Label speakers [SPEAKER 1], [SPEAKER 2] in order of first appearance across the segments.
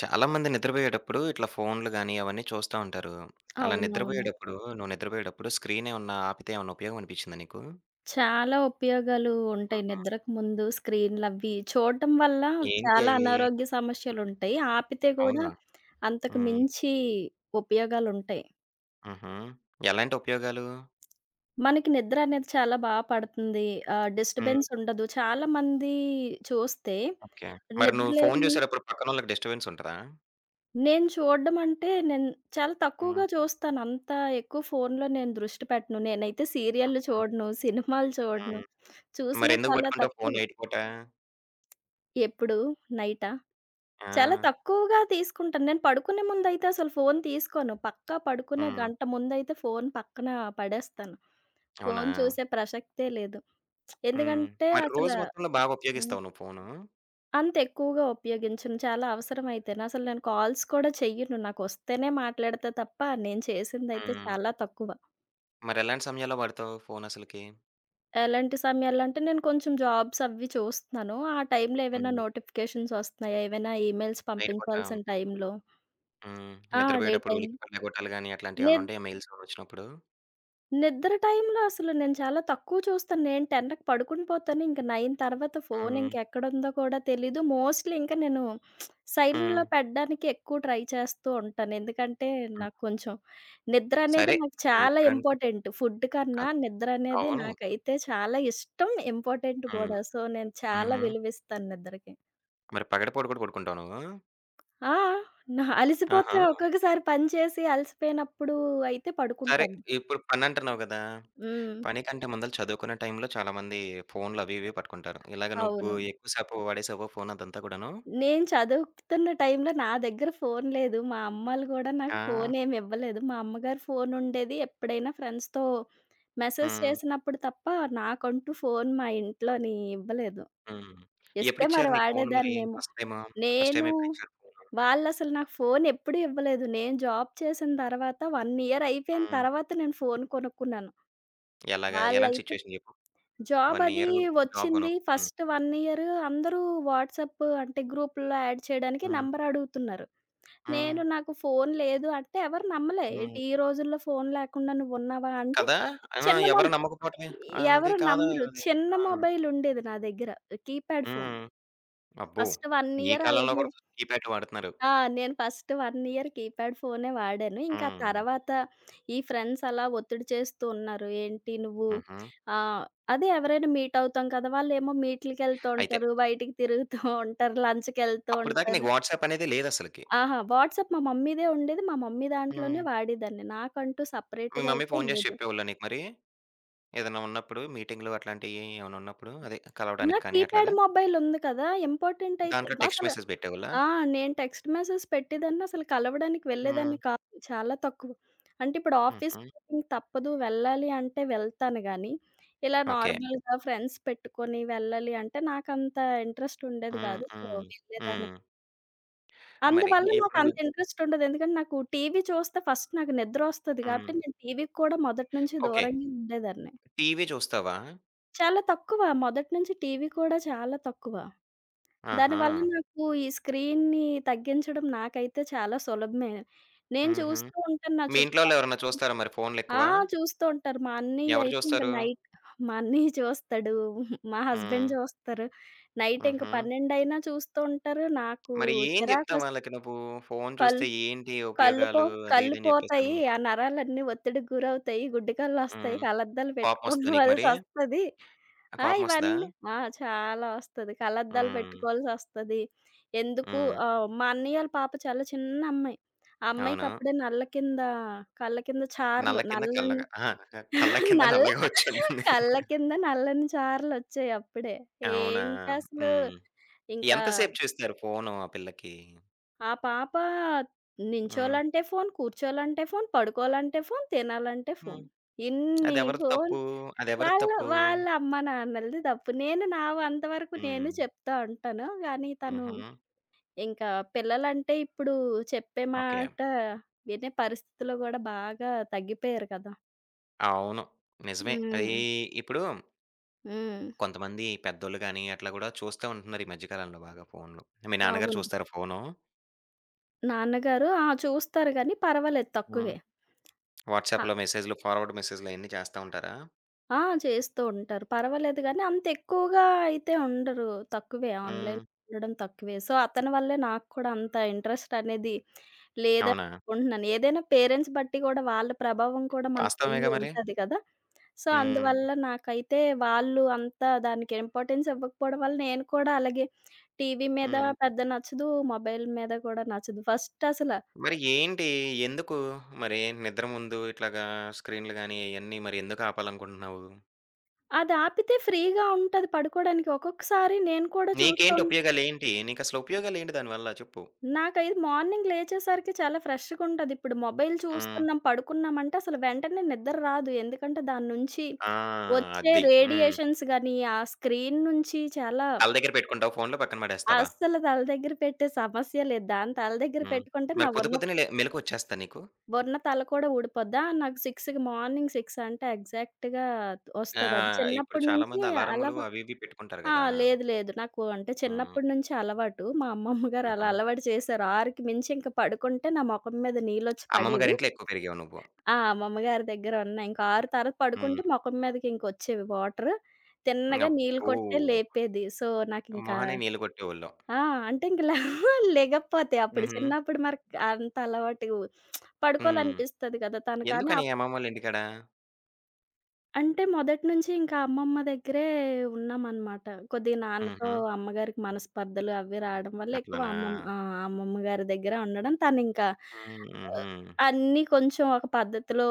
[SPEAKER 1] చాలామంది నిద్రపోయేటప్పుడు ఇట్లా ఫోన్లు గానీ, అవన్నీ చూస్తా ఉంటారు. అలా
[SPEAKER 2] అవునవును.
[SPEAKER 1] నిద్రపోయేటప్పుడు నువ్వు నిద్రపోయేటప్పుడు స్క్రీన్ ఏమన్నా ఆపితే ఏమన్నా ఉపయోగం అనిపిచ్చిందా నీకు?
[SPEAKER 2] చాలా ఉపయోగాలు ఉంటాయి.
[SPEAKER 1] హ్మ్.
[SPEAKER 2] నిద్రకు ముందు స్క్రీన్‌లవి చూడటం వల్ల
[SPEAKER 1] ఏంటి
[SPEAKER 2] చాలా
[SPEAKER 1] అయి?
[SPEAKER 2] అనారోగ్య సమస్యలుంటాయి. ఆపితే కూడా
[SPEAKER 1] అవునా?
[SPEAKER 2] అంతకు
[SPEAKER 1] హ్మ్.
[SPEAKER 2] మించి ఉపయోగాలుంటాయి.
[SPEAKER 1] హుహు. ఎలాంటి ఉపయోగాలు?
[SPEAKER 2] మనకి నిద్ర అనేది చాలా బా పడుతుంది.
[SPEAKER 1] హ్మ్.
[SPEAKER 2] డిస్టర్బెన్స్ ఉండదు. చాలామంది చూస్తే
[SPEAKER 1] ఓకే. మరి నువ్వు ఫోన్
[SPEAKER 2] నిద్రలేమి.
[SPEAKER 1] చూసేటప్పుడు పక్కనోళ్ళకి డిస్టర్బెన్స్ ఉంటదా?
[SPEAKER 2] నేను చూడడం అంటే, నేను చాలా తక్కువగా
[SPEAKER 1] హ్మ్.
[SPEAKER 2] చూస్తాను. అంత ఎక్కువ ఫోన్‌లో నేను దృష్టి పెట్టను. నేనైతే సీరియల్లు చూడను, సినిమాలు చూడను.
[SPEAKER 1] హ్మ్.
[SPEAKER 2] చూసినా
[SPEAKER 1] మరెందుకు
[SPEAKER 2] చాలా
[SPEAKER 1] పట్టుకుంటావు
[SPEAKER 2] తక్కువ.
[SPEAKER 1] ఫోన్ నైట్ పూట?
[SPEAKER 2] ఎప్పుడు? నైటా?
[SPEAKER 1] ఆ!
[SPEAKER 2] చాలా తక్కువగా తీసుకుంటాను. నేను పడుకునే ముందైతే అసలు ఫోను తీసుకోను. పక్కా పడుకునే
[SPEAKER 1] హ్మ్.
[SPEAKER 2] గంట ముందైతే ఫోను పక్కన పడేస్తాను.
[SPEAKER 1] అవునా?
[SPEAKER 2] ఫోను చూసే ప్రసక్తే లేదు.
[SPEAKER 1] హ్మ్.
[SPEAKER 2] ఎందుకంటే
[SPEAKER 1] మరి
[SPEAKER 2] అసల.
[SPEAKER 1] రోజు మొత్తంలో బాగా
[SPEAKER 2] హ్మ్.
[SPEAKER 1] ఉపయోగిస్తావా నువ్వు ఫోను?
[SPEAKER 2] అంత ఎక్కువగా ఉపయోగించను. చాలా అవసరమైతేనే. అసలు నేను కాల్స్ కూడా చెయ్యను. నాకొస్తేనే మాట్లాడతా తప్ప నేను చేసిందైతే
[SPEAKER 1] హ్మ్.
[SPEAKER 2] చాలా తక్కువ.
[SPEAKER 1] మరెలాంటి సమయాల్లో వాడతావు ఫోనసలకి?
[SPEAKER 2] ఎలాంటి సమయాల్లో అంటే, నేను కొంచెం జాబ్స్ అవి చూస్తున్నాను. ఆ టైంలో ఏవైనా
[SPEAKER 1] హ్మ్.
[SPEAKER 2] నోటిఫికేషన్స్ వస్తున్నాయా? ఏవైనా ఈమెయిల్స్
[SPEAKER 1] నైట్ పూట.
[SPEAKER 2] పంపించాల్సిన టైంలో.
[SPEAKER 1] హ్మ్.
[SPEAKER 2] ఆ! అదే
[SPEAKER 1] నిద్రపోయేటప్పుడు
[SPEAKER 2] టైం.
[SPEAKER 1] ఉలిక్కి పడలగొట్టాలు గాని అట్లాంటియేమన్నా
[SPEAKER 2] నిద్ర
[SPEAKER 1] ఉంటాయా మెయిల్ సౌండ్ వచ్చినప్పుడు?
[SPEAKER 2] నిద్ర టైంలో అసలు నేను చాలా తక్కువ చూస్తాను. నేను 10కి పడుకుని పోతాను. ఇంక 9 తర్వాత ఫోన్
[SPEAKER 1] హ్మ్.
[SPEAKER 2] ఇంకెక్కడుందో కూడా తెలీదు. మోస్ట్‌లీ ఇంక నేను
[SPEAKER 1] హ్మ్.
[SPEAKER 2] సైలెంట్‌లో పెట్టడానికి ఎక్కువ ట్రై చేస్తూ ఉంటాను. ఎందుకంటే
[SPEAKER 1] హ్మ్.
[SPEAKER 2] నాకు కొంచెం నిద్ర అనేది
[SPEAKER 1] సరే.
[SPEAKER 2] నాకు చాలా
[SPEAKER 1] ఇప్పుడంటే
[SPEAKER 2] ఇంపార్టెంట్. ఫుడ్ కన్నా
[SPEAKER 1] కాదు.
[SPEAKER 2] నిద్ర అనేది
[SPEAKER 1] అవును.
[SPEAKER 2] నాకైతే చాలా ఇష్టం, ఇంపార్టెంట్
[SPEAKER 1] హ్మ్.
[SPEAKER 2] కూడా. సో, నేను చాలా
[SPEAKER 1] హుహు.
[SPEAKER 2] విలువిస్తాను నిద్రకి.
[SPEAKER 1] మరి పగటిపూట కూడా పడుకుంటావా నువ్వు?
[SPEAKER 2] ఆ! నా అలసిపోతే,
[SPEAKER 1] ఆహా!
[SPEAKER 2] ఒక్కొక్కసారి పని చేసి అలసిపోయినప్పుడు అయితే
[SPEAKER 1] సరే.
[SPEAKER 2] పడుకుంటాను.
[SPEAKER 1] ఇప్పుడు పనంటున్నావు గదా!
[SPEAKER 2] హ్మ్.
[SPEAKER 1] పని కంటే ముందల చదువుకునే టైంలో చాలామంది ఫోన్‌లు అవి ఇవి పట్టుకుంటారు. ఇలాగ నువ్వు
[SPEAKER 2] అవును.
[SPEAKER 1] ఎక్కువ సేపు వాడేసావా ఫోన్ అదంతా కూడాను?
[SPEAKER 2] నేను చదువుతున్న టైంలో నా దగ్గర ఫోను లేదు. మా అమ్మలు గూడా నాకు
[SPEAKER 1] ఆ!
[SPEAKER 2] ఫోనేమి ఇవ్వలేదు. మా అమ్మగారి ఫోనుండేది. ఎప్పుడైనా ఫ్రెండ్స్‌తో మెసేజ్
[SPEAKER 1] హ్మ్.
[SPEAKER 2] చేసినప్పుడు తప్ప నాకంటూ ఫోను మా ఇంట్లోని ఇవ్వలేదు.
[SPEAKER 1] హ్మ్.
[SPEAKER 2] ఇస్తే మరి
[SPEAKER 1] ఎప్పుడిచ్చారు నీకు ఫోన్ మరి
[SPEAKER 2] వాడేదాన్నేమో.
[SPEAKER 1] First time? ఫస్ట్
[SPEAKER 2] నేను
[SPEAKER 1] టైమ్ ఎప్పుడిచ్చారు ఫోను?
[SPEAKER 2] వాళ్ళసలు నాకు ఫోనెప్పుడూ ఇవ్వలేదు. నేను జాబ్ చేసిన తర్వాత 1 ఇయర్ అయిపోయిన
[SPEAKER 1] హ్మ్.
[SPEAKER 2] తర్వాత నేను ఫోను కొనుక్కున్నాను.
[SPEAKER 1] ఎలాగా? ఎలాంటి
[SPEAKER 2] వాళ్ళైతే
[SPEAKER 1] సిట్యుయేషన్ చెప్పు? 1
[SPEAKER 2] జాబ్ అది
[SPEAKER 1] ఇయర్ జాబ్ కొను
[SPEAKER 2] వచ్చింది.
[SPEAKER 1] హ్మ్.
[SPEAKER 2] ఫస్ట్ 1 ఇయర్ అందరూ వాట్సాప్ అంటే గ్రూప్‌లో యాడ్ చేయడానికి
[SPEAKER 1] హ్మ్.
[SPEAKER 2] నంబర్ అడుగుతున్నారు.
[SPEAKER 1] హ్మ్.
[SPEAKER 2] నేను నాకు ఫోన్ లేదు అంటే ఎవరు నమ్మలే. "ఏటి
[SPEAKER 1] హ్మ్.
[SPEAKER 2] ఈ రోజుల్లో ఫోన్ లేకుండా నువ్వున్నావా?" అంటే
[SPEAKER 1] కదా! ఆ!
[SPEAKER 2] చిన్న
[SPEAKER 1] ఎవరు
[SPEAKER 2] మొబ్
[SPEAKER 1] నమ్మకపోవటమే. ఆ! అది
[SPEAKER 2] ఎవరు
[SPEAKER 1] కాదా
[SPEAKER 2] నమ్మరు.
[SPEAKER 1] అది.
[SPEAKER 2] చిన్న
[SPEAKER 1] ఆ!
[SPEAKER 2] మొబైల్ ఉండేది నా దగ్గర. Keypad phone.
[SPEAKER 1] హ్మ్. అబ్బో!
[SPEAKER 2] ఫస్ట్ 1
[SPEAKER 1] ఈ
[SPEAKER 2] ఇయర్
[SPEAKER 1] కాలంలో
[SPEAKER 2] అలాగే.
[SPEAKER 1] కూడా కీప్యాడ్ వాడుతున్నారు.
[SPEAKER 2] ఆ! నేను ఫస్ట్ 1 ఇయర్ కీప్యాడ్ ఫోనే వాడాను. ఇంకా
[SPEAKER 1] హ్మ్.
[SPEAKER 2] తర్వాత ఈ ఫ్రెండ్స్ అలా ఒత్తిడి చేస్తూ ఉన్నారు. "ఏంటి నువ్వు"
[SPEAKER 1] హుహు.
[SPEAKER 2] ఆహ్, అదే ఎవరైనా మీట్ అవుతాం కదా! వాళ్ళేమో మీట్‌లకెళ్తూ
[SPEAKER 1] అయితే
[SPEAKER 2] ఉంటారు, బయటికి తిరుగుతూ ఉంటారు, లంచ్‌కెళ్తూ
[SPEAKER 1] అప్పటిదాకా
[SPEAKER 2] ఉంటారు.
[SPEAKER 1] నీకు వాట్సాప్ అనేది లేదసలకి.
[SPEAKER 2] ఆహా! వాట్సాప్ మా మమ్మీదే ఉండేది. మా మమ్మీ దాంట్లోనే
[SPEAKER 1] హ్మ్.
[SPEAKER 2] వాడేదాన్ని. నాకంటూ
[SPEAKER 1] మీ
[SPEAKER 2] సెపరేట్‌గా
[SPEAKER 1] మమ్మీ
[SPEAKER 2] అయితే
[SPEAKER 1] ఫోను చేసి
[SPEAKER 2] లేదు.
[SPEAKER 1] చెప్పేవాళ్ళా నీకు మరి? ఏదన్నా ఉన్నప్పుడు మీటింగ్‌లు అట్లాంటియి ఏమైనా ఉన్నప్పుడు అదే కలవడానికి
[SPEAKER 2] నాకు
[SPEAKER 1] కానీ
[SPEAKER 2] కీప్యాడ్
[SPEAKER 1] అట్లాగా?
[SPEAKER 2] మొబైల్ ఉంది కదా! ఇంపార్టెంట్ అయితే
[SPEAKER 1] దాంట్లో టెక్స్ట్
[SPEAKER 2] అసలు.
[SPEAKER 1] మెసేజ్ పెట్టేవాళ్ళా?
[SPEAKER 2] ఆ! నేను టెక్స్ట్ మెసేజ్ పెట్టేదాన్ని. అసలు కలవడానికి
[SPEAKER 1] హ్మ్.
[SPEAKER 2] వెళ్ళేదాన్ని కాదు. చాలా తక్కువ. అంటే ఇప్పుడు ఆఫీస్
[SPEAKER 1] హుహు.
[SPEAKER 2] మీటింగ్ తప్పదు వెళ్ళాలి అంటే వెళ్తాను గానీ, ఇలా
[SPEAKER 1] ఓకే.
[SPEAKER 2] నార్మల్‌గా ఫ్రెండ్స్ పెట్టుకొని వెళ్ళాలి అంటే నాకంత ఇంట్రెస్ట్ ఉండేది
[SPEAKER 1] హ్మ్.
[SPEAKER 2] కాదు. సో,
[SPEAKER 1] హ్మ్.
[SPEAKER 2] వెళ్ళేదాన్ని.
[SPEAKER 1] హ్మ్. మరి
[SPEAKER 2] అందువల్ల నాకంత
[SPEAKER 1] ఎప్పుడన్నా
[SPEAKER 2] ఇంట్రెస్ట్ ఉండదు. ఎందుకంటే నాకు టీవీ చూస్తే ఫస్ట్ నాకు నిద్రొస్తది
[SPEAKER 1] హ్మ్.
[SPEAKER 2] కాబట్టి, నేను టీవీకి కూడా మొదటి నుంచి
[SPEAKER 1] ఓకే.
[SPEAKER 2] దూరంగా ఉండేదాన్ని.
[SPEAKER 1] టీవీ చూస్తావా?
[SPEAKER 2] చాలా తక్కువ మొదటి నుంచి టీవీ కూడా చాలా తక్కువ.
[SPEAKER 1] ఆహా!
[SPEAKER 2] దానివల్ల నాకు ఈ స్క్రీన్‌ని తగ్గించడం నాకైతే చాలా సులభమే. నేను
[SPEAKER 1] హుహు.
[SPEAKER 2] చూస్తూ ఉంటాను నా
[SPEAKER 1] మీ ఇంట్లో వాళ్ళు
[SPEAKER 2] చుట్టుపక్క.
[SPEAKER 1] ఎవరన్నా చూస్తారా మరి
[SPEAKER 2] ఆ!
[SPEAKER 1] ఫోన్‌లెక్కువ?
[SPEAKER 2] చూస్తూ ఉంటారు. మా అన్నయ్య
[SPEAKER 1] ఎవరు
[SPEAKER 2] అయితే ఇంక
[SPEAKER 1] చూస్తారు?
[SPEAKER 2] నైట్. మా అన్నయ్య చూస్తాడు. మా హస్బెండ్
[SPEAKER 1] హ్మ్.
[SPEAKER 2] చూస్తారు. నైట్ ఇంక
[SPEAKER 1] హుహు.
[SPEAKER 2] 12 అయినా చూస్తూ ఉంటారు. నాకు
[SPEAKER 1] మరి ఏం జెప్తావు
[SPEAKER 2] చిరాకొస్
[SPEAKER 1] వాళ్ళకి నువ్వు? ఫోను
[SPEAKER 2] కల్
[SPEAKER 1] చూస్తే ఏంటి
[SPEAKER 2] కళ్ళు పో
[SPEAKER 1] ఉపయోగాలు అది
[SPEAKER 2] కళ్ళు
[SPEAKER 1] ఇది అని
[SPEAKER 2] పోతాయి.
[SPEAKER 1] జెప్పేసని?
[SPEAKER 2] ఆ నరాలన్నీ ఒత్తిడికి గురవుతాయి. గుడ్డి కళ్ళొస్తాయి.
[SPEAKER 1] హ్మ్.
[SPEAKER 2] కళ్ళద్దాలు
[SPEAKER 1] కోపమొస్తదా నీకు మరి?
[SPEAKER 2] పెట్టుకోవాల్సొస్తది.
[SPEAKER 1] ఆ!
[SPEAKER 2] ఆ!
[SPEAKER 1] కోపమొస్తదా?
[SPEAKER 2] ఇవన్నీ. ఆ! చాలా ఒస్తది. కళ్ళద్దాలు
[SPEAKER 1] హ్మ్.
[SPEAKER 2] పెట్టుకోవాల్సొస్తది. ఎందుకు.
[SPEAKER 1] హ్మ్.
[SPEAKER 2] మా అన్నయ్యోళ్ళ పాప చాలా చిన్న అమ్మాయి. ఆ
[SPEAKER 1] అవును.
[SPEAKER 2] అమ్మాయికప్పుడే నల్ల కింద కళ్ళ కింద చారలు
[SPEAKER 1] నల్ల కింద
[SPEAKER 2] నల్లని.
[SPEAKER 1] కల్లగా అహా! కళ్ళ కింద
[SPEAKER 2] నల్ల.
[SPEAKER 1] నల్లగా వచ్చుంటుంది.
[SPEAKER 2] కళ్ళ కింద నల్లని చారలొచ్చాయి అప్పుడే.
[SPEAKER 1] అవునా?
[SPEAKER 2] ఏంటసలు
[SPEAKER 1] హ్మ్.
[SPEAKER 2] ఇంకా.
[SPEAKER 1] ఎంత సేపు చూస్తారు ఫోను ఆ పిల్లకి?
[SPEAKER 2] ఆ పాప
[SPEAKER 1] హ్మ్.
[SPEAKER 2] నించోలంటే ఫోను, కూర్చోలంటే ఫోను, పడుకోలంటే ఫోను, తినాలంటే
[SPEAKER 1] హ్మ్.
[SPEAKER 2] ఫోను. ఇన్ని
[SPEAKER 1] అదెవరిది
[SPEAKER 2] ఫోను.
[SPEAKER 1] తప్పు? అదెవరిది
[SPEAKER 2] వాళ్ళ
[SPEAKER 1] తప్పు?
[SPEAKER 2] వాళ్ళ అమ్మ నాన్నలది తప్పు. నేను నా వంత వరకు నేను
[SPEAKER 1] హ్మ్.
[SPEAKER 2] చెప్తా ఉంటాను. కానీ తను
[SPEAKER 1] హుహు.
[SPEAKER 2] ఇంకా పిల్లలంటే ఇప్పుడు చెప్పే
[SPEAKER 1] ఓకే.
[SPEAKER 2] మాట వినే పరిస్థితిలో గూడా బాగా తగ్గిపోయారు కదా!
[SPEAKER 1] అవును. నిజమే.
[SPEAKER 2] హ్మ్.
[SPEAKER 1] అది ఇప్పుడు
[SPEAKER 2] హ్మ్.
[SPEAKER 1] కొంతమంది పెద్దోళ్ళు గాని, అట్లా గూడా చూస్తా ఉంటున్నారు ఈ మధ్య కాలంలో బాగా ఫోన్లు. మీ నాన్నగారు
[SPEAKER 2] అవును.
[SPEAKER 1] చూస్తారా ఫోను?
[SPEAKER 2] నాన్నగారు, ఆ, చూస్తారు గానీ పర్వాలేదు
[SPEAKER 1] హ్మ్.
[SPEAKER 2] తక్కువే.
[SPEAKER 1] వాట్సాప్‌లో మెసేజ్‌లు, ఫార్వర్డ్ మెసేజ్‌లు అయన్నీ చేస్తా ఉంటారా?
[SPEAKER 2] ఆ! చేస్తూ ఉంటారు. పర్వాలేదు గానీ, అంత ఎక్కువగా అయితే ఉండరు. తక్కువే ఆన్‌లైన్
[SPEAKER 1] హ్మ్.
[SPEAKER 2] ఉండడం తక్కువే. సో, అతని వల్లే నాకు కూడా అంత ఇంట్రెస్ట్ అనేది లేదని
[SPEAKER 1] అవునా?
[SPEAKER 2] అనుకుంటున్నాను. ఏదైనా పేరెంట్స్ బట్టి గూడా వాళ్ళ ప్రభావం కూడా మన పైన
[SPEAKER 1] వాస్తవమేగా మరి.
[SPEAKER 2] ఉంటది కదా! సో,
[SPEAKER 1] హ్మ్.
[SPEAKER 2] అందువల్ల నాకైతే వాళ్ళు అంత దానికి ఇంపార్టెన్స్ ఇవ్వకపోవడం వల్ల నేను కూడా అలాగే టీవీ మీద
[SPEAKER 1] హ్మ్.
[SPEAKER 2] పెద్ద నచ్చదు. మొబైల్ మీద కూడా నచ్చదు. ఫస్ట్ అసల
[SPEAKER 1] మరి ఏంటి? ఎందుకు మరి నిద్ర ముందు ఇట్లాగా స్క్రీన్‌లు గాని, అయన్నీ మరి ఎందుకు ఆపాలనుకుంటున్నావు?
[SPEAKER 2] అది ఆపితే ఫ్రీగా ఉంటది పడుకోవడానికి. ఒక్కొక్కసారి నేను కూడా చూస్తూ.
[SPEAKER 1] నీకేంటి ఉపయోగాలేంటి? నీకసలు ఉపయోగాలేంటి దానివల్ల చెప్పు?
[SPEAKER 2] నాకైతే మార్నింగ్ లేచేసరికి చాలా ఫ్రెష్‌గుంటది. ఇప్పుడు మొబైల్
[SPEAKER 1] హ్మ్.
[SPEAKER 2] చూస్తున్నాం, పడుకున్నామంటే అసలు వెంటనే నిద్ర రాదు. ఎందుకంటే దాని నుంచి
[SPEAKER 1] ఆ!
[SPEAKER 2] వచ్చే
[SPEAKER 1] అది. హ్మ్.
[SPEAKER 2] రేడియేషన్స్ గాని, ఆ స్క్రీన్ నుంచి చాలా.
[SPEAKER 1] తల దగ్గర పెట్టుకుంటావా ఫోన్లు పక్కన పడేస్తావా?
[SPEAKER 2] అస్సలు తల దగ్గర పెట్టే సమస్య లేదు. దాన్ని తల దగ్గర
[SPEAKER 1] హ్మ్.
[SPEAKER 2] పెట్టుకుంటే
[SPEAKER 1] మరి
[SPEAKER 2] నా
[SPEAKER 1] పొద్దు
[SPEAKER 2] ఉన్న
[SPEAKER 1] పొద్దున్నే లే మెలుకువొచ్చేస్తదా నీకు?
[SPEAKER 2] ఉన్న తల కూడా ఊడిపోద్ది. ఆ! నాకు 6కి, మార్నింగ్ 6 అంటే ఎగ్జాక్ట్‌గా వస్తది. అది
[SPEAKER 1] ఆహ్, ఇప్పుడు
[SPEAKER 2] చిన్నప్పటి నుంచి
[SPEAKER 1] చాలామంది
[SPEAKER 2] అలా.
[SPEAKER 1] అలారములు అవి ఇవి పెట్టుకుంటారు
[SPEAKER 2] ఆ!
[SPEAKER 1] గదా!
[SPEAKER 2] లేదు. లేదు. నాకు అంటే
[SPEAKER 1] హ్మ్.
[SPEAKER 2] చిన్నప్పటి నుంచి అలవాటు. మా అమ్మమ్మ గారు అలా
[SPEAKER 1] హుహు.
[SPEAKER 2] అలవాటు చేశారు. 6కి మించి ఇంక పడుకుంటే నా మొఖం మీద నీళ్ళొచ్చి
[SPEAKER 1] అమ్మమ్మ
[SPEAKER 2] పడేవి.
[SPEAKER 1] గారింట్లో ఎక్కువ పెరిగావు నువ్వు.
[SPEAKER 2] ఆ! మా అమ్మగారి దగ్గర ఉన్నాయి. ఇంక 6 తర్వాత
[SPEAKER 1] హ్మ్.
[SPEAKER 2] పడుకుంటే మొఖం మీదకి ఇంకొచ్చేవి వాటర్. తిన్నగా నీళ్ళు
[SPEAKER 1] అబ్బో!
[SPEAKER 2] కొట్టే లేపేది. సో, నాకింకా.
[SPEAKER 1] మొహానికి నీళ్లు కొట్టేవోళ్ళు.
[SPEAKER 2] ఆ! అంటే ఇంక లే లెగకపోతే అప్పుడు
[SPEAKER 1] హుహు.
[SPEAKER 2] చిన్నప్పుడు మరి అంత అలవాటు
[SPEAKER 1] హ్మ్.
[SPEAKER 2] పడుకోవాలనిపిస్తది కదా! తను కానీ
[SPEAKER 1] ఎందుకని అమ్మమ్మ వాళ్ళ ఇంటికాడ?
[SPEAKER 2] అంటే మొదటి నుంచి ఇంకా అమ్మమ్మ దగ్గరే ఉన్నామనమాట. కొద్దిగా నాన్నతో
[SPEAKER 1] హుహు.
[SPEAKER 2] అమ్మగారికి మనస్పర్ధలు అవి రావడం వల్ల ఎక్కువ
[SPEAKER 1] అట్లనా?
[SPEAKER 2] అమ్మమ్మ ఆ! అమ్మమ్మ గారి దగ్గరే ఉండడం. తనింకా ఆహ్,
[SPEAKER 1] హుహు.
[SPEAKER 2] అన్నీ కొంచెం ఒక పద్ధతిలో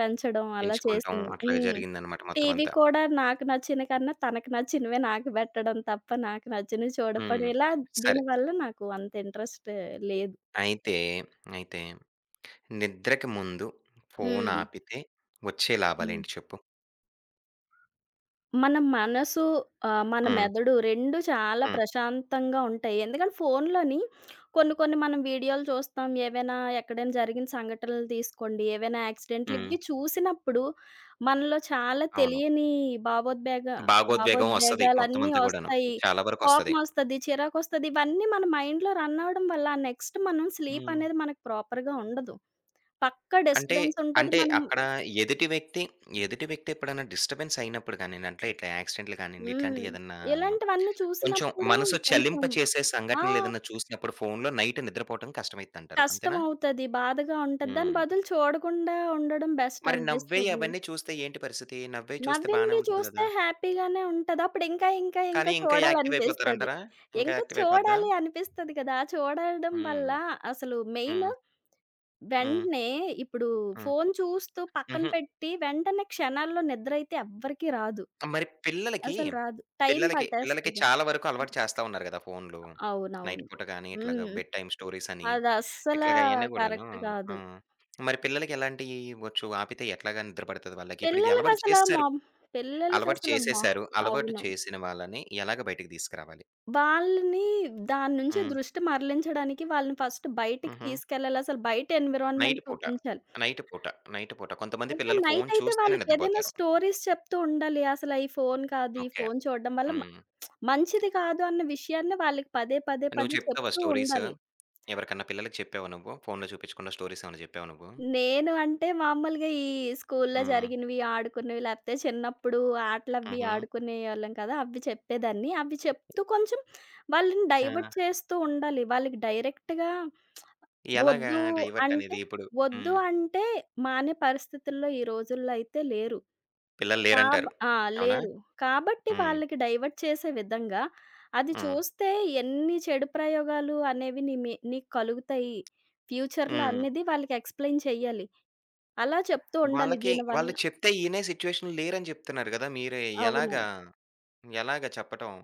[SPEAKER 2] పెంచడం అలా
[SPEAKER 1] పెంచుకుంటాం.
[SPEAKER 2] చేసింది.
[SPEAKER 1] అట్లాగే
[SPEAKER 2] హ్మ్.
[SPEAKER 1] జరిగిందనమాట మొత్తం
[SPEAKER 2] టీవీ
[SPEAKER 1] అంతా.
[SPEAKER 2] కూడా నాకు నచ్చిన కన్నా తనకి నచ్చినవే నాకు పెట్టడం తప్ప నాకు నచ్చినవి చూడకపోవడం.
[SPEAKER 1] హ్మ్.
[SPEAKER 2] ఇలా
[SPEAKER 1] సరే.
[SPEAKER 2] దీనివల్ల నాకు అంత ఇంట్రెస్ట్ లేదు.
[SPEAKER 1] అయితే, అయితే, నిద్రకి ముందు ఫోను
[SPEAKER 2] హ్మ్.
[SPEAKER 1] ఆపితే వచ్చే
[SPEAKER 2] హ్మ్.
[SPEAKER 1] లాభాలేంటి చెప్పు?
[SPEAKER 2] మన మనసు, మన
[SPEAKER 1] హ్మ్.
[SPEAKER 2] మెదడు 2 చాలా
[SPEAKER 1] హ్మ్.
[SPEAKER 2] ప్రశాంతంగా ఉంటాయి. ఎందుకంటే ఫోనులోని కొన్ని కొన్ని మనం వీడియోలు చూస్తాం. ఏవైనా ఎక్కడైనా జరిగిన సంఘటనలు తీసుకోండి, ఏవైనా యాక్సిడెంట్లు
[SPEAKER 1] హ్మ్.
[SPEAKER 2] ఇవి చూసినప్పుడు మనలో చాలా
[SPEAKER 1] అవును.
[SPEAKER 2] తెలియని భావోద్వేగ
[SPEAKER 1] భాగోద్వేగం వస్తది. మొత్తం
[SPEAKER 2] భావోద్వేగాలన్నీ
[SPEAKER 1] అంతా గూడాను.
[SPEAKER 2] వస్తాయి.
[SPEAKER 1] చాలా వరకొస్తది.
[SPEAKER 2] కోపమొస్తది, చిరాకొస్తది. ఇవన్నీ మన మైండ్‌లో రన్ అవ్వడం వల్ల నెక్స్ట్ మనం స్లీప్
[SPEAKER 1] హ్మ్.
[SPEAKER 2] అనేది మనకు ప్రాపర్‌గా ఉండదు. పక్కా
[SPEAKER 1] అంటే,
[SPEAKER 2] డిస్టర్బెన్స్ ఉంటది.
[SPEAKER 1] అంటే,
[SPEAKER 2] మనం.
[SPEAKER 1] అక్కడ ఎదుటి వ్యక్తి, ఎదుటి వ్యక్తి ఎప్పుడైనా డిస్టర్బెన్స్ అయినప్పుడు గానియండి, అట్లా ఇట్లా యాక్సిడెంట్‌లు కానియండి,
[SPEAKER 2] హ్మ్.
[SPEAKER 1] ఇట్లాంటియి ఏదన్నా
[SPEAKER 2] ఇలాంటివన్నీ
[SPEAKER 1] కొంచెం
[SPEAKER 2] చూసినప్పుడు
[SPEAKER 1] మనసు
[SPEAKER 2] కొంచెం.
[SPEAKER 1] చలింపచేసే
[SPEAKER 2] ఆ!
[SPEAKER 1] సంఘటనలేదన్నా చూసినప్పుడు ఫోనులో నైట్ నిద్రపోవటం కష్టమైద్దంటారు. అంతేనా?
[SPEAKER 2] కష్టమవుతది. బాధగా ఉంటది. దాని
[SPEAKER 1] హ్మ్.
[SPEAKER 2] బదులు చూడకుండా ఉండడం బెస్ట్
[SPEAKER 1] మరి నవ్వే
[SPEAKER 2] అనిపిస్తది.
[SPEAKER 1] అవన్నీ చూస్తే ఏంటి పరిస్థితి? నవ్వే చూస్తే బానే
[SPEAKER 2] నవ్వినవి
[SPEAKER 1] ఉంటది
[SPEAKER 2] చూస్తే
[SPEAKER 1] గదా!
[SPEAKER 2] హ్యాపీగానే ఉంటది. అప్పుడు ఇంకా, ఇంకా, ఇంకా
[SPEAKER 1] కానీ ఇంకా యాక్టివ్
[SPEAKER 2] చూడాలనిపిస్తది.
[SPEAKER 1] అయిపోతారంటారా? ఇంకా
[SPEAKER 2] ఇంకా
[SPEAKER 1] యాక్టివ్ అయిపోద్దా?
[SPEAKER 2] చూడాలి అనిపిస్తది కదా! చూడడం వల్ల
[SPEAKER 1] హ్మ్.
[SPEAKER 2] అసలు మెయిన్
[SPEAKER 1] హ్మ్. హ్మ్.
[SPEAKER 2] వెంటనే ఇప్పుడు
[SPEAKER 1] హ్మ్.
[SPEAKER 2] ఫోను చూస్తూ పక్కన
[SPEAKER 1] హుహు.
[SPEAKER 2] పెట్టి వెంటనే క్షణాల్లో నిద్రైతే ఎవ్వరికీ రాదు.
[SPEAKER 1] మరి పిల్లలకి,
[SPEAKER 2] అసలు రాదు. టైం
[SPEAKER 1] పిల్లలకి, పిల్లలకి
[SPEAKER 2] పట్టేస్తది.
[SPEAKER 1] చాలా వరకు అలవాటు చేస్తా ఉన్నారు గదా! ఫోన్లు. నైట్
[SPEAKER 2] అవునవును.
[SPEAKER 1] పూట గాని, ఇట్లాగా
[SPEAKER 2] హ్మ్.
[SPEAKER 1] బెడ్ టైమ్ స్టోరీస్ అని,
[SPEAKER 2] అదస్సలా
[SPEAKER 1] ఇట్లాగ అయన్నీ గూడాను.
[SPEAKER 2] కరెక్ట్
[SPEAKER 1] ఆ!
[SPEAKER 2] కాదు.
[SPEAKER 1] మరి పిల్లలకి ఎలాంటియి ఇవ్వచ్చు? ఆపితే ఎట్లాగా నిద్ర పడతది వాళ్ళకి? ఇప్పుడు ఈ అలవాటు
[SPEAKER 2] పిల్లలకసల
[SPEAKER 1] చేసేసారు.
[SPEAKER 2] మామ్
[SPEAKER 1] అలవాటు
[SPEAKER 2] పిల్లలకసల మా
[SPEAKER 1] చేసేసారు. అలవాటు
[SPEAKER 2] అవును.
[SPEAKER 1] చేసిన వాళ్ళని ఎలాగ బయటికి తీసుకురావాలి?
[SPEAKER 2] వాళ్ళని దాని నుంచి
[SPEAKER 1] హ్మ్.
[SPEAKER 2] దృష్టి మరలించడానికి వాళ్ళని ఫస్ట్ బయటికి
[SPEAKER 1] హుహు.
[SPEAKER 2] తీసుకెళ్ళాలి. అసలు బయట
[SPEAKER 1] నైట్
[SPEAKER 2] ఎన్విరాన్మెంట్
[SPEAKER 1] పూట.
[SPEAKER 2] చూపించాలి.
[SPEAKER 1] నైట్ పూట. నైట్ పూట. కొంతమంది
[SPEAKER 2] ఓకే.
[SPEAKER 1] పిల్లలు ఫోను
[SPEAKER 2] నైటయితే
[SPEAKER 1] చూస్తేనే
[SPEAKER 2] వాళ్ళకేదైనా
[SPEAKER 1] నిద్రపోతారు.
[SPEAKER 2] స్టోరీస్ చెప్తూ ఉండాలి. అసల ఈ ఫోను కాదు, ఈ
[SPEAKER 1] ఓకే.
[SPEAKER 2] ఫోను చూడడం వల్ల
[SPEAKER 1] హ్మ్.
[SPEAKER 2] మంచిది కాదు అన్న విషయాన్ని వాళ్ళకి పదే పదే
[SPEAKER 1] నువ్వు
[SPEAKER 2] పదే
[SPEAKER 1] చెప్తావా
[SPEAKER 2] చెప్తూ
[SPEAKER 1] స్టోరీస్?
[SPEAKER 2] ఉండాలి.
[SPEAKER 1] ఎవరికన్నా పిల్లలకి చెప్పావా నువ్వు? ఫోన్‌లో చూపించకుండా స్టోరీస్ ఏమన్నా చెప్పావా నువ్వు?
[SPEAKER 2] నేను అంటే మామూలుగా ఈ స్కూల్‌లో
[SPEAKER 1] హ్మ్.
[SPEAKER 2] జరిగినవి, ఆడుకున్నవి లేకపోతే చిన్నప్పుడు ఆటలవి
[SPEAKER 1] హుహు.
[SPEAKER 2] ఆడుకునేవాళ్ళం కదా! అవి చెప్పేదాన్ని. అవి చెప్తూ కొంచెం వాళ్ళని డైవర్ట్
[SPEAKER 1] ఆ!
[SPEAKER 2] చేస్తూ ఉండాలి. వాళ్ళకి డైరెక్ట్‌గా
[SPEAKER 1] ఎలాగా
[SPEAKER 2] వద్దు
[SPEAKER 1] డైవర్ట్
[SPEAKER 2] అంటే,
[SPEAKER 1] అనేది ఇప్పుడు?
[SPEAKER 2] వద్దు
[SPEAKER 1] హ్మ్.
[SPEAKER 2] అంటే మానే పరిస్థితుల్లో ఈ రోజుల్లో అయితే లేరు.
[SPEAKER 1] పిల్లలు లేరంటారు.
[SPEAKER 2] ఆ!
[SPEAKER 1] అవునా?
[SPEAKER 2] లేరు. కాబట్టి
[SPEAKER 1] హ్మ్.
[SPEAKER 2] వాళ్ళకి డైవర్ట్ చేసే విధంగా అది
[SPEAKER 1] హ్మ్.
[SPEAKER 2] చూస్తే ఎన్ని చెడు ప్రయోగాలు అనేవి నీ మీ నీకు కలుగుతాయి ఫ్యూచర్‌లో
[SPEAKER 1] హ్మ్.
[SPEAKER 2] అనేది వాళ్ళకి ఎక్స్‌ప్లెయిన్ చెయ్యాలి. అలా చెప్తూ ఉండాలి
[SPEAKER 1] వాళ్ళకి
[SPEAKER 2] దీనివల్ల.
[SPEAKER 1] వాళ్ళు చెప్తే ఇనే సిట్యుయేషన్‌లో లేరని చెప్తున్నారు గదా! మీరే
[SPEAKER 2] అవును.
[SPEAKER 1] ఎలాగా? ఎలాగా చెప్పటం?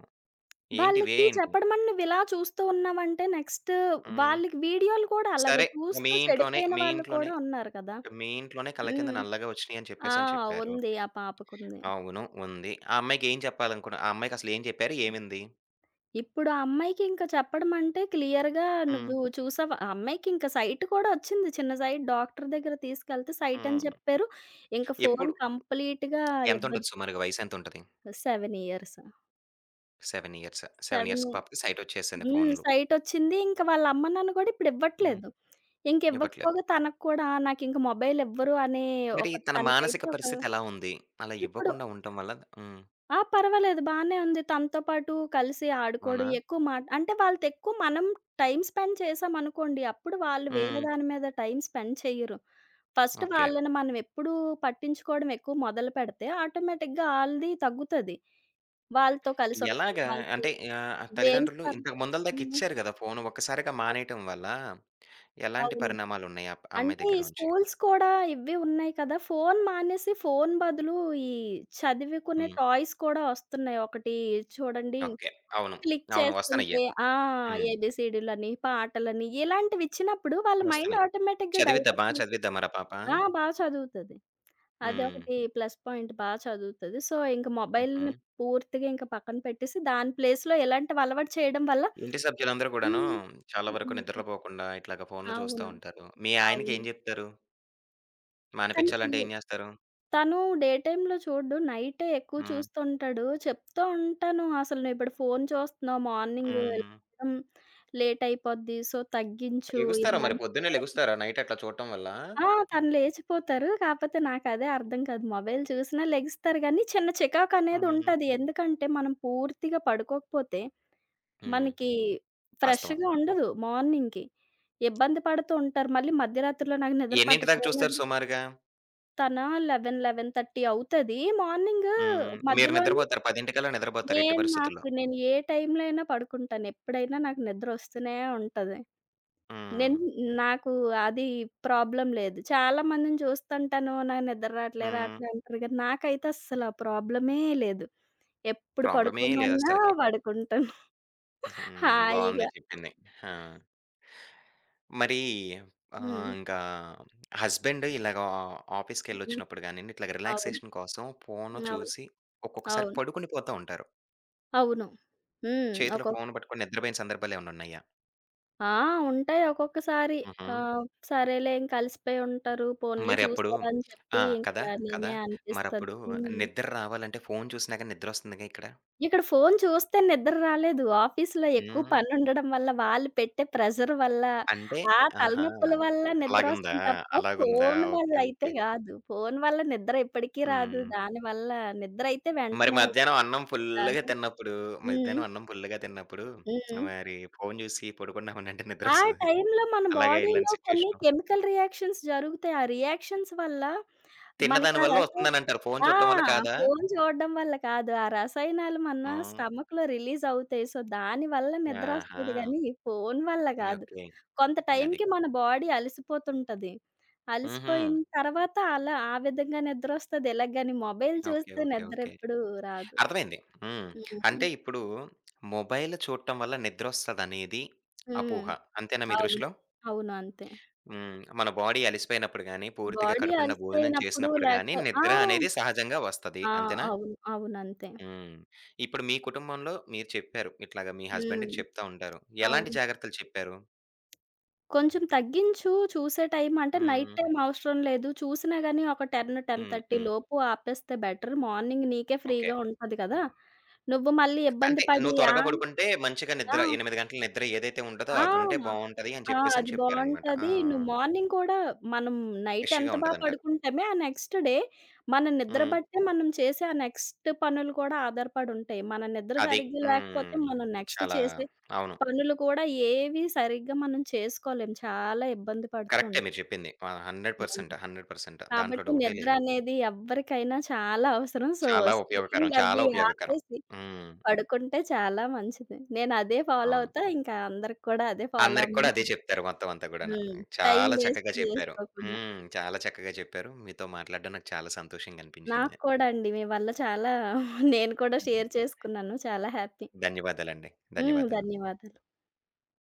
[SPEAKER 2] వాళ్ళకి
[SPEAKER 1] ఏంటి?
[SPEAKER 2] చెప్పడం అని నువ్విలా చూస్తూ ఉన్నావంటే నెక్స్ట్
[SPEAKER 1] హ్మ్.
[SPEAKER 2] వాళ్ళకి వీడియోలు కూడా అలాగా
[SPEAKER 1] సరే.
[SPEAKER 2] చూస్తూ
[SPEAKER 1] మీ ఇంట్లోనే,
[SPEAKER 2] చెడిపోయిన
[SPEAKER 1] మీ
[SPEAKER 2] వాళ్ళు
[SPEAKER 1] ఇంట్లోనే,
[SPEAKER 2] కూడా ఉన్నారు కదా!
[SPEAKER 1] మీ ఇంట్లోనే కళ్ళ కింద
[SPEAKER 2] హ్మ్.
[SPEAKER 1] నల్లగా వచ్చినియి అని
[SPEAKER 2] ఆ!
[SPEAKER 1] చెప్పేసని చెప్పారు.
[SPEAKER 2] ఉంది. ఆ పాపకుంది.
[SPEAKER 1] అవును. ఉంది. ఆ అమ్మాయికి ఏం చెప్పాలనుకున్నా? ఆ అమ్మాయికి అసలు ఏం చెప్పారు? ఏమింది?
[SPEAKER 2] ఇప్పుడు ఆ అమ్మాయికి ఇంక చెప్పడం అంటే క్లియర్‌గా,
[SPEAKER 1] హ్మ్.
[SPEAKER 2] నువ్వు చూసావా ఆ అమ్మాయికి ఇంక సైట్ కూడా వచ్చింది. చిన్న సైట్, డాక్టర్ దగ్గర తీసుకెళ్తే సైట్ అని
[SPEAKER 1] హ్మ్.
[SPEAKER 2] చెప్పారు. ఇంక ఫోను
[SPEAKER 1] ఎప్పుడు?
[SPEAKER 2] కంప్లీట్‌గా ఇవ్వద్దు.
[SPEAKER 1] ఎంతుంటది సుమారుగా వయసెంతుంటది?
[SPEAKER 2] 7 ఇయర్స్.
[SPEAKER 1] 7 ఇయర్స్. 7
[SPEAKER 2] 7
[SPEAKER 1] ఇయర్స్
[SPEAKER 2] ఇయ
[SPEAKER 1] పాపకి సైటొచ్చేసింది
[SPEAKER 2] హ్మ్.
[SPEAKER 1] ఫోన్‌లు.
[SPEAKER 2] సైట్ వచ్చింది. ఇంక వాళ్ళ అమ్మ, నాన్న కూడా ఇప్పుడు
[SPEAKER 1] హ్మ్.
[SPEAKER 2] ఇవ్వట్లేదు.
[SPEAKER 1] ఇవ్వట్లేదు.
[SPEAKER 2] ఇంకివ్వకపోగా తనకు కూడా నాకింక మొబైలివ్వరు అనే
[SPEAKER 1] మరి
[SPEAKER 2] ఒక
[SPEAKER 1] తన
[SPEAKER 2] తనకైతే
[SPEAKER 1] మానసిక
[SPEAKER 2] ఒక
[SPEAKER 1] పరిస్థితి ఎలా ఉంది? అలా
[SPEAKER 2] ఇప్పుడు.
[SPEAKER 1] ఇవ్వకుండా ఉండటం వల్ల హ్మ్.
[SPEAKER 2] ఆ! పర్వాలేదు బానే ఉంది. తనతో పాటు కలిసి ఆడుకోవడం,
[SPEAKER 1] అవునా?
[SPEAKER 2] ఎక్కువ మాట అంటే వాళ్ళతెక్కువ మనం టైమ్ స్పెండ్ చేశామనుకోండి, అప్పుడు వాళ్ళు వేరే
[SPEAKER 1] హ్మ్.
[SPEAKER 2] దాని మీద టైమ్ స్పెండ్ చెయ్యరు. First
[SPEAKER 1] okay.
[SPEAKER 2] వాళ్ళని మనం ఎప్పుడూ పట్టించుకోవడం ఎక్కువ మొదలుపెడితే ఆటోమేటిక్‌గా ఆళ్ళది తగ్గుతది. వాళ్ళతో కలిసుండడం,
[SPEAKER 1] ఎలాగా
[SPEAKER 2] వాళ్ళతో
[SPEAKER 1] అంటే ఆహ్,
[SPEAKER 2] గేమ్స్
[SPEAKER 1] తల్లిదండ్రులు
[SPEAKER 2] పర్
[SPEAKER 1] ఇంతకు ముందల దాకా
[SPEAKER 2] హ్మ్.
[SPEAKER 1] ఇచ్చారు గదా! ఫోను. ఒక్కసారిగా
[SPEAKER 2] అవ్
[SPEAKER 1] మానేయటం వల్ల ఎలాంటి
[SPEAKER 2] అవును.
[SPEAKER 1] పరిణామాలున్నాయి ఆ ఆ అమ్మాయి
[SPEAKER 2] అంటే ఈ
[SPEAKER 1] దగ్గర నుంచి?
[SPEAKER 2] స్కూల్స్ కూడా ఇవి ఉన్నాయి కదా! ఫోను మానేసి ఫోను బదులు ఈ చదువుకునే
[SPEAKER 1] హ్మ్.
[SPEAKER 2] టాయ్స్ కూడా వస్తున్నాయి. ఒకటి చూడండి,
[SPEAKER 1] ఓకే. అవును.
[SPEAKER 2] క్లిక్
[SPEAKER 1] అవును. వస్తన్నయ్యి.
[SPEAKER 2] చేస్తుంటే. ఆ!
[SPEAKER 1] హ్మ్.
[SPEAKER 2] ఏబీసీడీలని, పాటలని ఇలాంటివి ఇచ్చినప్పుడు వాళ్ళ మైండ్
[SPEAKER 1] వస్తున్నాయి.
[SPEAKER 2] ఆటోమేటిక్‌గా
[SPEAKER 1] చదివిద్దా
[SPEAKER 2] డైవర్ట్
[SPEAKER 1] బా
[SPEAKER 2] అవుతది.
[SPEAKER 1] చదివిద్దా మరి ఆ పాప?
[SPEAKER 2] ఆ! బా చదువుతది.
[SPEAKER 1] హ్మ్.
[SPEAKER 2] అదొకటి ప్లస్ పాయింట్, బా చదువుతది. సో, ఇంక
[SPEAKER 1] హుహు.
[SPEAKER 2] మొబైల్‌ని పూర్తిగా ఇంక పక్కన పెట్టేసి దాని ప్లేస్‌లో ఇలాంటివి అలవాటు చేయడం వల్ల.
[SPEAKER 1] ఇంటి సభ్యులందరూ కూడాను
[SPEAKER 2] హ్మ్.
[SPEAKER 1] చాలా వరకు
[SPEAKER 2] హ్మ్.
[SPEAKER 1] నిద్రలో పోకుండా ఇట్లాగా ఫోన్‌లు చూస్తా
[SPEAKER 2] అవును.
[SPEAKER 1] ఉంటారు. మీ ఆయనకి
[SPEAKER 2] అవును.
[SPEAKER 1] ఏం జెప్తారు?
[SPEAKER 2] కానీ చూ
[SPEAKER 1] మానిపించాలంటే ఏం జేస్తారు?
[SPEAKER 2] తను డే టైమ్‌లో చూడడు. నైటే ఎక్కువ
[SPEAKER 1] హ్మ్.
[SPEAKER 2] చూస్తుంటాడు. చెప్తూ ఉంటాను. అసలు నువ్విప్పుడు ఫోను చూస్తున్నావు. మార్నింగ్
[SPEAKER 1] హ్మ్.
[SPEAKER 2] లెగడం లేట్ అయిపోద్ది. సో, తగ్గించు. ఇది
[SPEAKER 1] లెగుస్తారా మరి
[SPEAKER 2] మంచిది
[SPEAKER 1] పొద్దున్నే
[SPEAKER 2] కాదు.
[SPEAKER 1] లెగుస్తారా నైట్ అట్లా చూడటం వల్ల?
[SPEAKER 2] ఆ! తను లేచిపోతారు. కాపోతే నాకదే అర్థం కాదు. మొబైల్ చూసినా లెగిస్తారు గానీ, చిన్న
[SPEAKER 1] హ్మ్.
[SPEAKER 2] చికాకనేదుంటది. ఎందుకంటే, మనం పూర్తిగా పడుకోకపోతే
[SPEAKER 1] హ్మ్.
[SPEAKER 2] మనకి
[SPEAKER 1] వాస్తవం.
[SPEAKER 2] ఫ్రెష్‌గా ఉండదు మార్నింగ్‌కి. ఇబ్బంది పడుతూ ఉంటారు. మళ్ళీ మధ్యరాత్రిలో నాకు నిద్ర
[SPEAKER 1] ఎన్నింటి దాకా
[SPEAKER 2] పట్టట్లేదు
[SPEAKER 1] చూస్తారు సుమారుగా?
[SPEAKER 2] తన 11, 11:30 అవుతది. మార్నింగ్
[SPEAKER 1] హ్మ్. మీరు
[SPEAKER 2] మధ్యలోనే
[SPEAKER 1] నిద్రపోతారు. 10:00 నిద్రపోతారు ఎట్టి పరిస్థితుల్లో.
[SPEAKER 2] నేను ఏ టైంలో అయినా పడుకుంటాను. ఎప్పుడైనా నాకు నిద్రొస్తూనే ఉంటది. నేను
[SPEAKER 1] హ్మ్.
[SPEAKER 2] నాకు అది ప్రాబ్లమ్ లేదు. చాలా మందిని చూస్తుంటాను. నాకు నిద్ర రాట్లే,
[SPEAKER 1] హ్మ్.
[SPEAKER 2] రాట్లే అంటారు గానీ, నాకైతే అస్సలు ఆ ప్రాబ్లమే లేదు. ఎప్పుడు
[SPEAKER 1] ప్రాబ్లమే
[SPEAKER 2] పడుకోమన్నా
[SPEAKER 1] లేదస్సలకి.
[SPEAKER 2] పడుకుంటాను
[SPEAKER 1] హ్మ్. బావుంది
[SPEAKER 2] హాయిగా.
[SPEAKER 1] చెప్పింది. ఆ! మరీ
[SPEAKER 2] హ్మ్.
[SPEAKER 1] ఆహ్, ఇంకా హస్బెండ్ ఇలాగ
[SPEAKER 2] హ్మ్.
[SPEAKER 1] ఆఫీస్‌కెళ్ళొచ్చినప్పుడు గానియండి, ఇట్లాగ
[SPEAKER 2] అవును.
[SPEAKER 1] రిలాక్సేషన్ కోసం ఫోను
[SPEAKER 2] అవును.
[SPEAKER 1] చూసి ఒక్కొక్కసారి
[SPEAKER 2] అవును.
[SPEAKER 1] పడుకొని పోతా ఉంటారు.
[SPEAKER 2] అవును. హ్మ్.
[SPEAKER 1] చేతిలో ఫోను పట్టుకొని నిద్రపోయిన సందర్భాలేమన్నా ఉన్నాయా?
[SPEAKER 2] ఆ! ఉంటాయి ఒక్కొక్కసారి.
[SPEAKER 1] హుహు.
[SPEAKER 2] ఆహ్, సరేలే ఇంక అలిసిపోయి ఉంటారు. పోనీలే
[SPEAKER 1] మరి అప్పుడు
[SPEAKER 2] చూసారు అని
[SPEAKER 1] ఆ!
[SPEAKER 2] చెప్పి ఇంకా
[SPEAKER 1] కదా! కదా!
[SPEAKER 2] నేనే అనిపిస్తది.
[SPEAKER 1] మరప్పుడు
[SPEAKER 2] హ్మ్.
[SPEAKER 1] నిద్ర రావాలంటే ఫోను చూసినా గాని నిద్రొస్తుందిగా ఇక్కడ.
[SPEAKER 2] ఇక్కడ ఫోను చూస్తే నిద్ర రాలేదు. ఆఫీస్‌లో ఎక్కువ
[SPEAKER 1] హ్మ్.
[SPEAKER 2] పనుండడం వల్ల, వాళ్ళు పెట్టే ప్రెషర్ వల్ల,
[SPEAKER 1] అంటే
[SPEAKER 2] ఆ
[SPEAKER 1] ఆహా!
[SPEAKER 2] తలనొప్పుల వల్ల
[SPEAKER 1] అలాగుందా?
[SPEAKER 2] నిద్రొస్తుంది తప్ప
[SPEAKER 1] అలాగుందా?
[SPEAKER 2] ఫోను వల్ల
[SPEAKER 1] ఓకే.
[SPEAKER 2] అయితే
[SPEAKER 1] ఓకే.
[SPEAKER 2] గాదు. ఫోను వల్ల నిద్ర ఎప్పటికీ రాదు.
[SPEAKER 1] హ్మ్.
[SPEAKER 2] దానివల్ల నిద్రయితే
[SPEAKER 1] మరి
[SPEAKER 2] వెంటనే రాదు. హ్మ్.
[SPEAKER 1] మధ్యాహ్నం అన్నం ఫుల్‌గా తిన్నప్పుడు
[SPEAKER 2] హ్మ్.
[SPEAKER 1] మరి ఫోను చూసి పడుకున్నామనంటే
[SPEAKER 2] ఆ
[SPEAKER 1] నిద్రొస్తది.
[SPEAKER 2] టైంలో మన
[SPEAKER 1] అలాగే
[SPEAKER 2] బాడీలో
[SPEAKER 1] ఇలాంటి
[SPEAKER 2] కొన్ని
[SPEAKER 1] సిట్యుయేషను.
[SPEAKER 2] కెమికల్ రియాక్షన్స్ జరుగుతాయి. ఆ రియాక్షన్స్ వల్ల
[SPEAKER 1] తిన్న
[SPEAKER 2] మనకి
[SPEAKER 1] దాని
[SPEAKER 2] ఆ
[SPEAKER 1] వల్ల
[SPEAKER 2] రసాయ.
[SPEAKER 1] వస్తుందనంటారు. ఫోను
[SPEAKER 2] ఆ!
[SPEAKER 1] చూడటం వల్ల కాదా?
[SPEAKER 2] ఫోను చూడడం వల్ల కాదు. ఆ రసాయనాలు మన
[SPEAKER 1] హ్మ్.
[SPEAKER 2] స్టమక్‌లో రిలీజ్ అవుతాయి. సో, దానివల్ల
[SPEAKER 1] ఆహా!
[SPEAKER 2] నిద్రొస్తది గానీ, ఫోను వల్ల కాదు.
[SPEAKER 1] ఓకే.
[SPEAKER 2] కొంత
[SPEAKER 1] అది.
[SPEAKER 2] టైంకి మన బాడీ అలసిపోతుంటది.
[SPEAKER 1] హుహు.
[SPEAKER 2] అలసిపోయిన తర్వాత అలా ఆ విధంగా నిద్రొస్తది. ఇలాగ గాని మొబైల్
[SPEAKER 1] ఓకే.
[SPEAKER 2] చూస్తే
[SPEAKER 1] ఓకే. ఓకే.
[SPEAKER 2] నిద్రెప్పుడూ రాదు.
[SPEAKER 1] అర్థమైంది. హ్మ్. అంటే
[SPEAKER 2] హ్మ్.
[SPEAKER 1] ఇప్పుడు మొబైల్ చూడటం వల్ల నిద్రొస్తదనేది
[SPEAKER 2] హ్మ్.
[SPEAKER 1] అపోహ. అంతేనా మీ
[SPEAKER 2] అవును.
[SPEAKER 1] దృష్టిలో?
[SPEAKER 2] అవును. అంతే.
[SPEAKER 1] హ్మ్. మన బాడీ అలిసిపోయినప్పుడు గాని, పూర్తిగా
[SPEAKER 2] బాడీ
[SPEAKER 1] కడుపు నిండా భోజనం
[SPEAKER 2] అలసిపోయినప్పుడు
[SPEAKER 1] చేసినప్పుడు గాని
[SPEAKER 2] లేకపో. ఆ!
[SPEAKER 1] నిద్ర అనేది సహజంగా వస్తది.
[SPEAKER 2] ఆ!
[SPEAKER 1] అంతేనా?
[SPEAKER 2] అవును. అవును. అంతే.
[SPEAKER 1] హ్మ్. ఇప్పుడు మీ కుటుంబంలో మీరు చెప్పారు. ఇట్లాగ మీ
[SPEAKER 2] హ్మ్.
[SPEAKER 1] హస్బెండ్‌కి చెప్తా ఉంటారు. ఎలాంటి
[SPEAKER 2] అవును.
[SPEAKER 1] జాగ్రత్తలు చెప్పారు?
[SPEAKER 2] కొంచెం తగ్గించు చూసే టైం అంటే నైట్
[SPEAKER 1] హ్మ్.
[SPEAKER 2] టైమ్ అవసరం లేదు. చూసినా గాని ఒక 10,
[SPEAKER 1] హ్మ్.
[SPEAKER 2] 10:30
[SPEAKER 1] హ్మ్.
[SPEAKER 2] లోపు ఆపేస్తే బెటర్. మార్నింగ్ నీకే
[SPEAKER 1] ఓకే.
[SPEAKER 2] ఫ్రీగా ఉంటది కదా! నువ్వు మళ్ళీ ఇబ్బంది
[SPEAKER 1] అంటే
[SPEAKER 2] పడి.
[SPEAKER 1] నువ్వు
[SPEAKER 2] ఆ!
[SPEAKER 1] త్వరగా పడుకుంటే మంచిగా నిద్ర
[SPEAKER 2] ఆ!
[SPEAKER 1] 8 గంటల నిద్ర ఏదైతే ఉంటదో
[SPEAKER 2] ఆ!
[SPEAKER 1] అదుంటే బావుంటది అని
[SPEAKER 2] ఆ!
[SPEAKER 1] చెప్పేసని
[SPEAKER 2] అది
[SPEAKER 1] చెప్పారనమాట. ఆ!
[SPEAKER 2] బావుంటది. నువ్వు మార్నింగ్ కూడా మనం నైట్
[SPEAKER 1] ఫ్రెష్‌గా
[SPEAKER 2] ఎంత బా
[SPEAKER 1] ఉంటదంటారు.
[SPEAKER 2] పడుకుంటామే, ఆ నెక్స్ట్ డే మన నిద్ర
[SPEAKER 1] హ్మ్.
[SPEAKER 2] బట్టే మనం చేసే ఆ నెక్స్ట్ పనులు కూడా ఆధారపడుంటాయి. మన నిద్ర
[SPEAKER 1] అది.
[SPEAKER 2] సరిగ్గా లేకపోతే
[SPEAKER 1] హ్మ్.
[SPEAKER 2] మనం నెక్స్ట్
[SPEAKER 1] చాలా
[SPEAKER 2] చేసే
[SPEAKER 1] అవును.
[SPEAKER 2] పనులు కూడా ఏవి సరిగ్గా మనం చేసుకోలేం. చాలా ఇబ్బంది పడుతూ
[SPEAKER 1] కరెక్టే
[SPEAKER 2] ఉంటాం.
[SPEAKER 1] మీరు చెప్పింది. ఆ!
[SPEAKER 2] హ్మ్.
[SPEAKER 1] 100% దాంట్లో
[SPEAKER 2] కాబట్టి
[SPEAKER 1] డౌటే
[SPEAKER 2] నిద్ర
[SPEAKER 1] లేదు.
[SPEAKER 2] అనేది ఎవ్వరికైనా చాలా అవసరం. సో,
[SPEAKER 1] చాలా ఉపయోగకరం. చాలా
[SPEAKER 2] స్క్రీన్‌లవి
[SPEAKER 1] ఉపయోగకరం.
[SPEAKER 2] ఆపేసి
[SPEAKER 1] హ్మ్.
[SPEAKER 2] పడుకుంటే చాలా మంచిది. నేనదే ఫాలో
[SPEAKER 1] అవును.
[SPEAKER 2] అవుతా. ఇంకా అందరికి కూడా అదే ఫాలో
[SPEAKER 1] అందరికి కూడా
[SPEAKER 2] అవ్వమని
[SPEAKER 1] అదే
[SPEAKER 2] చెప్తా.
[SPEAKER 1] చెప్తారు మొత్తం అంతా గూడాను.
[SPEAKER 2] హ్మ్. టైమ్
[SPEAKER 1] చాలా
[SPEAKER 2] వేస్ట్
[SPEAKER 1] చక్కగా చెప్పారు.
[SPEAKER 2] జేసుకోకుండా.
[SPEAKER 1] హ్మ్. చాలా చక్కగా చెప్పారు. మీతో మాట్లాడడం నాకు చాలా సంతోషంగా
[SPEAKER 2] నాకు
[SPEAKER 1] అనిపించింది.
[SPEAKER 2] కూడా అండి. మీ వల్ల చాలా నేను కూడా
[SPEAKER 1] హుహు.
[SPEAKER 2] షేర్ చేసుకున్నాను. చాలా హ్యాపీ.
[SPEAKER 1] ధన్యవాదాలండి.
[SPEAKER 2] హ్మ్.
[SPEAKER 1] ధన్యవాదాలు.
[SPEAKER 2] ధన్యవాదాలు.